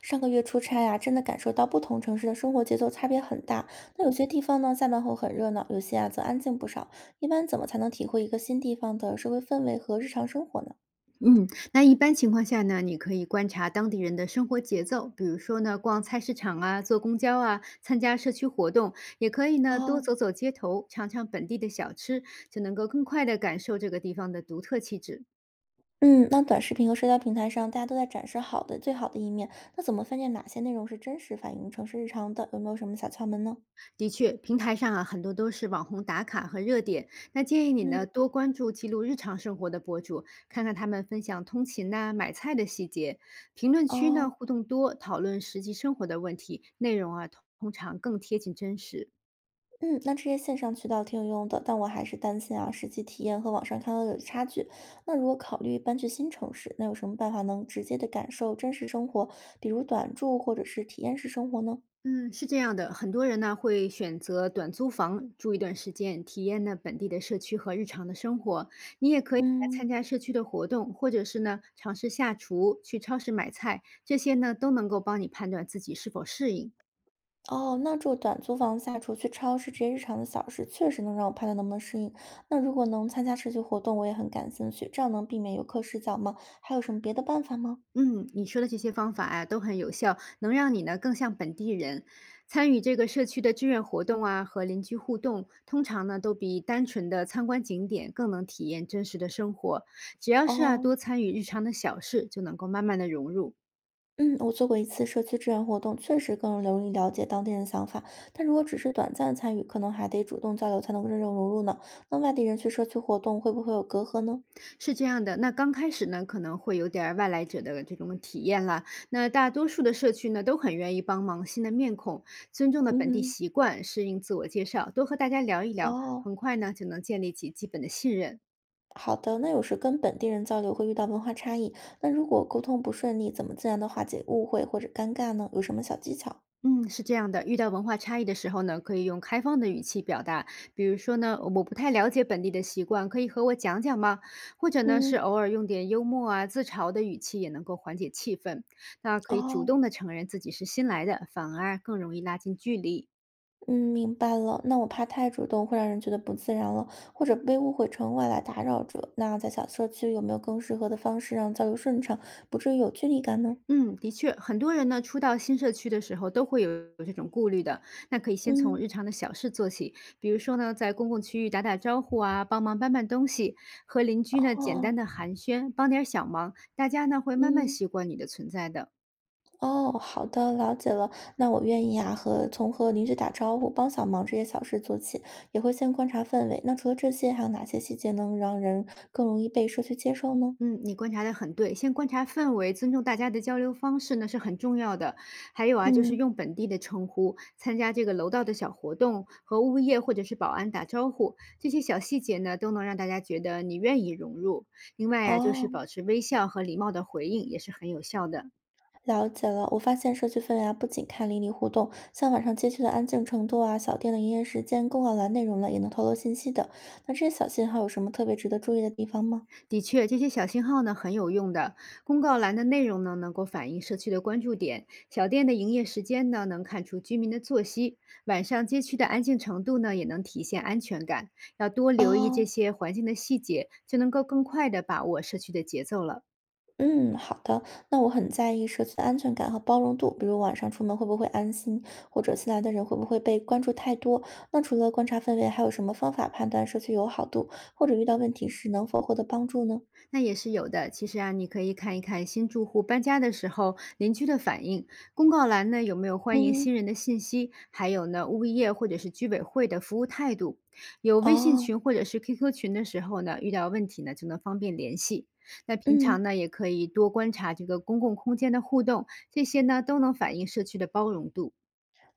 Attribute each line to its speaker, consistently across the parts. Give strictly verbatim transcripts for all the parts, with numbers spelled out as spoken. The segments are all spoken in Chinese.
Speaker 1: 上个月出差啊，真的感受到不同城市的生活节奏差别很大。那有些地方呢，下班后很热闹，有些啊则安静不少。一般怎么才能体会一个新地方的社会氛围和日常生活呢？
Speaker 2: 嗯，那一般情况下呢，你可以观察当地人的生活节奏，比如说呢，逛菜市场啊，坐公交啊，参加社区活动，也可以呢，多
Speaker 1: 哦。
Speaker 2: 走走街头，尝尝本地的小吃，就能够更快地感受这个地方的独特气质。
Speaker 1: 嗯，那短视频和社交平台上，大家都在展示好的、最好的一面，那怎么分辨哪些内容是真实反映城市日常的？有没有什么小窍门呢？
Speaker 2: 的确，平台上啊，很多都是网红打卡和热点，那建议你
Speaker 1: 嗯。
Speaker 2: 呢，多关注记录日常生活的博主，看看他们分享通勤呐、买菜的细节。评论区
Speaker 1: 哦。
Speaker 2: 呢，互动多，讨论实际生活的问题，内容啊，通通常更贴近真实。
Speaker 1: 嗯，那这些线上渠道挺有用的，但我还是担心啊，实际体验和网上看到的有差距。那如果考虑搬去新城市，那有什么办法能直接的感受真实生活，比如短住或者是体验式生活呢？
Speaker 2: 嗯，是这样的，很多人呢会选择短租房住一段时间，体验呢本地的社区和日常的生活。你也可以来
Speaker 1: 嗯。
Speaker 2: 参加社区的活动，或者是呢尝试下厨、去超市买菜，这些呢都能够帮你判断自己是否适应。
Speaker 1: 哦，那住短租房下厨去超市这些日常的小事，确实能让我判断能不能适应。那如果能参加社区活动，我也很感兴趣，这样能避免游客视角吗？还有什么别的办法吗？
Speaker 2: 嗯，你说的这些方法啊，都很有效，能让你呢更像本地人。参与这个社区的志愿活动啊，和邻居互动，通常呢都比单纯的参观景点更能体验真实的生活。只要是啊
Speaker 1: 哦。
Speaker 2: 多参与日常的小事，就能够慢慢的融入。
Speaker 1: 嗯，我做过一次社区志愿活动，确实更容易了解当地人想法。但如果只是短暂参与，可能还得主动交流才能够真正融入呢。那外地人去社区活动会不会有隔阂呢？
Speaker 2: 是这样的，那刚开始呢可能会有点儿外来者的这种体验啦。那大多数的社区呢都很愿意帮忙新的面孔，尊重的本地
Speaker 1: 嗯。
Speaker 2: 习惯，适应自我介绍，多和大家聊一聊，
Speaker 1: 哦，
Speaker 2: 很快呢就能建立起基本的信任。
Speaker 1: 好的，那有时跟本地人交流会遇到文化差异，那如果沟通不顺利，怎么自然的化解误会或者尴尬呢？有什么小技巧？
Speaker 2: 嗯，是这样的，遇到文化差异的时候呢，可以用开放的语气表达，比如说呢，我不太了解本地的习惯，可以和我讲讲吗？或者呢，是
Speaker 1: 嗯。
Speaker 2: 偶尔用点幽默啊、自嘲的语气，也能够缓解气氛。那可以主
Speaker 1: 哦。
Speaker 2: 动的承认自己是新来的，反而更容易拉近距离。
Speaker 1: 嗯，明白了。那我怕太主动会让人觉得不自然了，或者被误会成外来打扰者。那在小社区有没有更适合的方式让交流顺畅，不至于有距离感呢？
Speaker 2: 嗯，的确，很多人呢初到新社区的时候都会有有这种顾虑的。那可以先从
Speaker 1: 嗯。
Speaker 2: 日常的小事做起，比如说呢，在公共区域打打招呼啊，帮忙搬搬东西，和邻居呢简
Speaker 1: 哦。
Speaker 2: 单的寒暄，帮点儿小忙，大家呢会慢慢
Speaker 1: 嗯。
Speaker 2: 习惯你的存在的。
Speaker 1: 哦，好的，了解了。那我愿意啊，和从和邻居打招呼、帮小忙这些小事做起，也会先观察氛围。那除了这些，还有哪些细节能让人更容易被社区接受呢？
Speaker 2: 嗯，你观察的很对，先观察氛围，尊重大家的交流方式呢是很重要的。还有啊，就是
Speaker 1: 嗯。
Speaker 2: 用本地的称呼，参加这个楼道的小活动，和物业或者是保安打招呼，这些小细节呢都能让大家觉得你愿意融入。另外啊，就是
Speaker 1: 哦。
Speaker 2: 保持微笑和礼貌的回应也是很有效的。
Speaker 1: 了解了，我发现社区氛围啊，不仅看邻里互动，像晚上街区的安静程度啊、小店的营业时间、公告栏内容了，也能透露信息的。那这些小信号有什么特别值得注意的地方吗？
Speaker 2: 的确，这些小信号呢很有用的。公告栏的内容呢能够反映社区的关注点，小店的营业时间呢能看出居民的作息，晚上街区的安静程度呢也能体现安全感。要多留意这
Speaker 1: 哦。
Speaker 2: 些环境的细节，就能够更快地把握社区的节奏了。
Speaker 1: 嗯，好的。那我很在意社区的安全感和包容度，比如晚上出门会不会安心，或者新来的人会不会被关注太多。那除了观察氛围，还有什么方法判断社区友好度，或者遇到问题时能否获得帮助呢？
Speaker 2: 那也是有的。其实啊，你可以看一看新住户搬家的时候邻居的反应，公告栏呢有没有欢迎
Speaker 1: 嗯。
Speaker 2: 新人的信息，还有呢物业或者是居委会的服务态度。有微信
Speaker 1: 哦。
Speaker 2: 群或者是 Q Q 群的时候呢，遇到问题呢就能方便联系。那平
Speaker 1: 嗯。
Speaker 2: 常呢也可以多观察这个公共空间的互动，这些呢都能反映社区的包容度。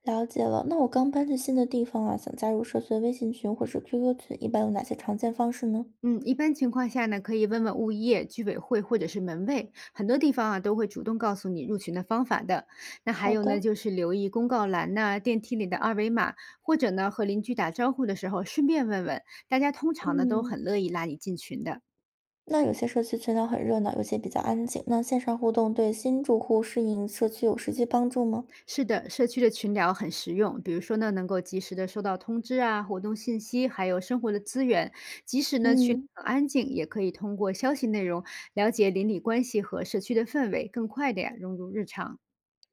Speaker 1: 了解了，那我刚搬去新的地方啊，想加入社区的微信群或是 Q Q 群，一般有哪些常见方式呢？
Speaker 2: 嗯，一般情况下呢，可以问问物业、居委会或者是门卫，很多地方啊都会主动告诉你入群的方法的。那还
Speaker 1: 好
Speaker 2: 有呢，
Speaker 1: 的。
Speaker 2: 就是留意公告栏呐、电梯里的二维码，或者呢和邻居打招呼的时候顺便问问，大家通常呢都
Speaker 1: 嗯，
Speaker 2: 很乐意拉你进群的。
Speaker 1: 那有些社区群聊很热闹，有些比较安静。那线上互动对新住户适应社区有实际帮助吗？
Speaker 2: 是的，社区的群聊很实用，比如说呢能够及时的收到通知啊、活动信息，还有生活的资源。即使呢群里
Speaker 1: 嗯
Speaker 2: 很安静，也可以通过消息内容了解邻里关系和社区的氛围，更快的呀融入日常。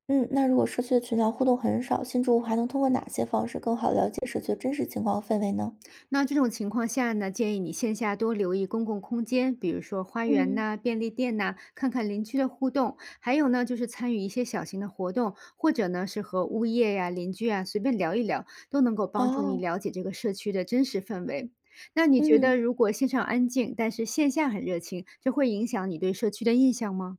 Speaker 1: 嗯，那如果社区的群聊互动很少，新住户还能通过哪些方式更好了解社区的真实情况和氛围呢？
Speaker 2: 那这种情况下呢，建议你线下多留意公共空间，比如说花园
Speaker 1: 嗯。
Speaker 2: 呐、便利店呐、看看邻居的互动，还有呢就是参与一些小型的活动，或者呢是和物业呀、邻居啊随便聊一聊，都能够帮助你
Speaker 1: 哦。
Speaker 2: 了解这个社区的真实氛围。那你觉
Speaker 1: 嗯。
Speaker 2: 得，如果线上安静，但是线下很热情，这会影响你对社区的印象吗？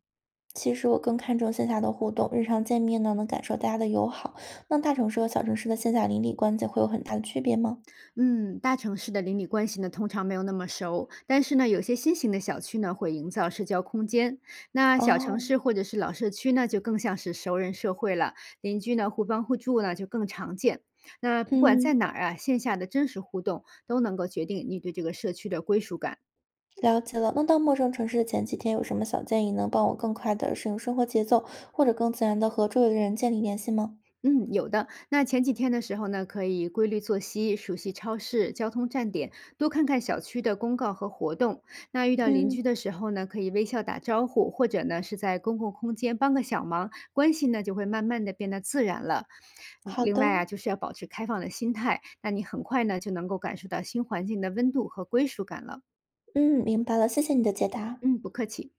Speaker 1: 其实我更看重线下的互动，日常见面呢能感受大家的友好。那大城市和小城市的线下邻里关系会有很大的区别吗？
Speaker 2: 嗯，大城市的邻里关系呢，通常没有那么熟，但是呢，有些新型的小区呢，会营造社交空间。那小城
Speaker 1: 哦。
Speaker 2: 市或者是老社区呢，就更像是熟人社会了，邻居呢互帮互助呢就更常见。那不管在
Speaker 1: 嗯，
Speaker 2: 哪儿啊，线下的真实互动都能够决定你对这个社区的归属感。
Speaker 1: 了解了。那到陌生城市的前几天有什么小建议能帮我更快的适应生活节奏，或者更自然的和周围的人建立联系吗？
Speaker 2: 嗯，有的。那前几天的时候呢，可以规律作息，熟悉超市、交通站点，多看看小区的公告和活动。那遇到邻
Speaker 1: 嗯，
Speaker 2: 居的时候呢，可以微笑打招呼，或者呢是在公共空间帮个小忙，关系呢就会慢慢的变得自然了。嗯
Speaker 1: 好
Speaker 2: 另
Speaker 1: 的。
Speaker 2: 外啊，就是要保持开放的心态，那你很快呢就能够感受到新环境的温度和归属感了。
Speaker 1: 嗯，明白了，谢谢你的解答。
Speaker 2: 嗯，不客气。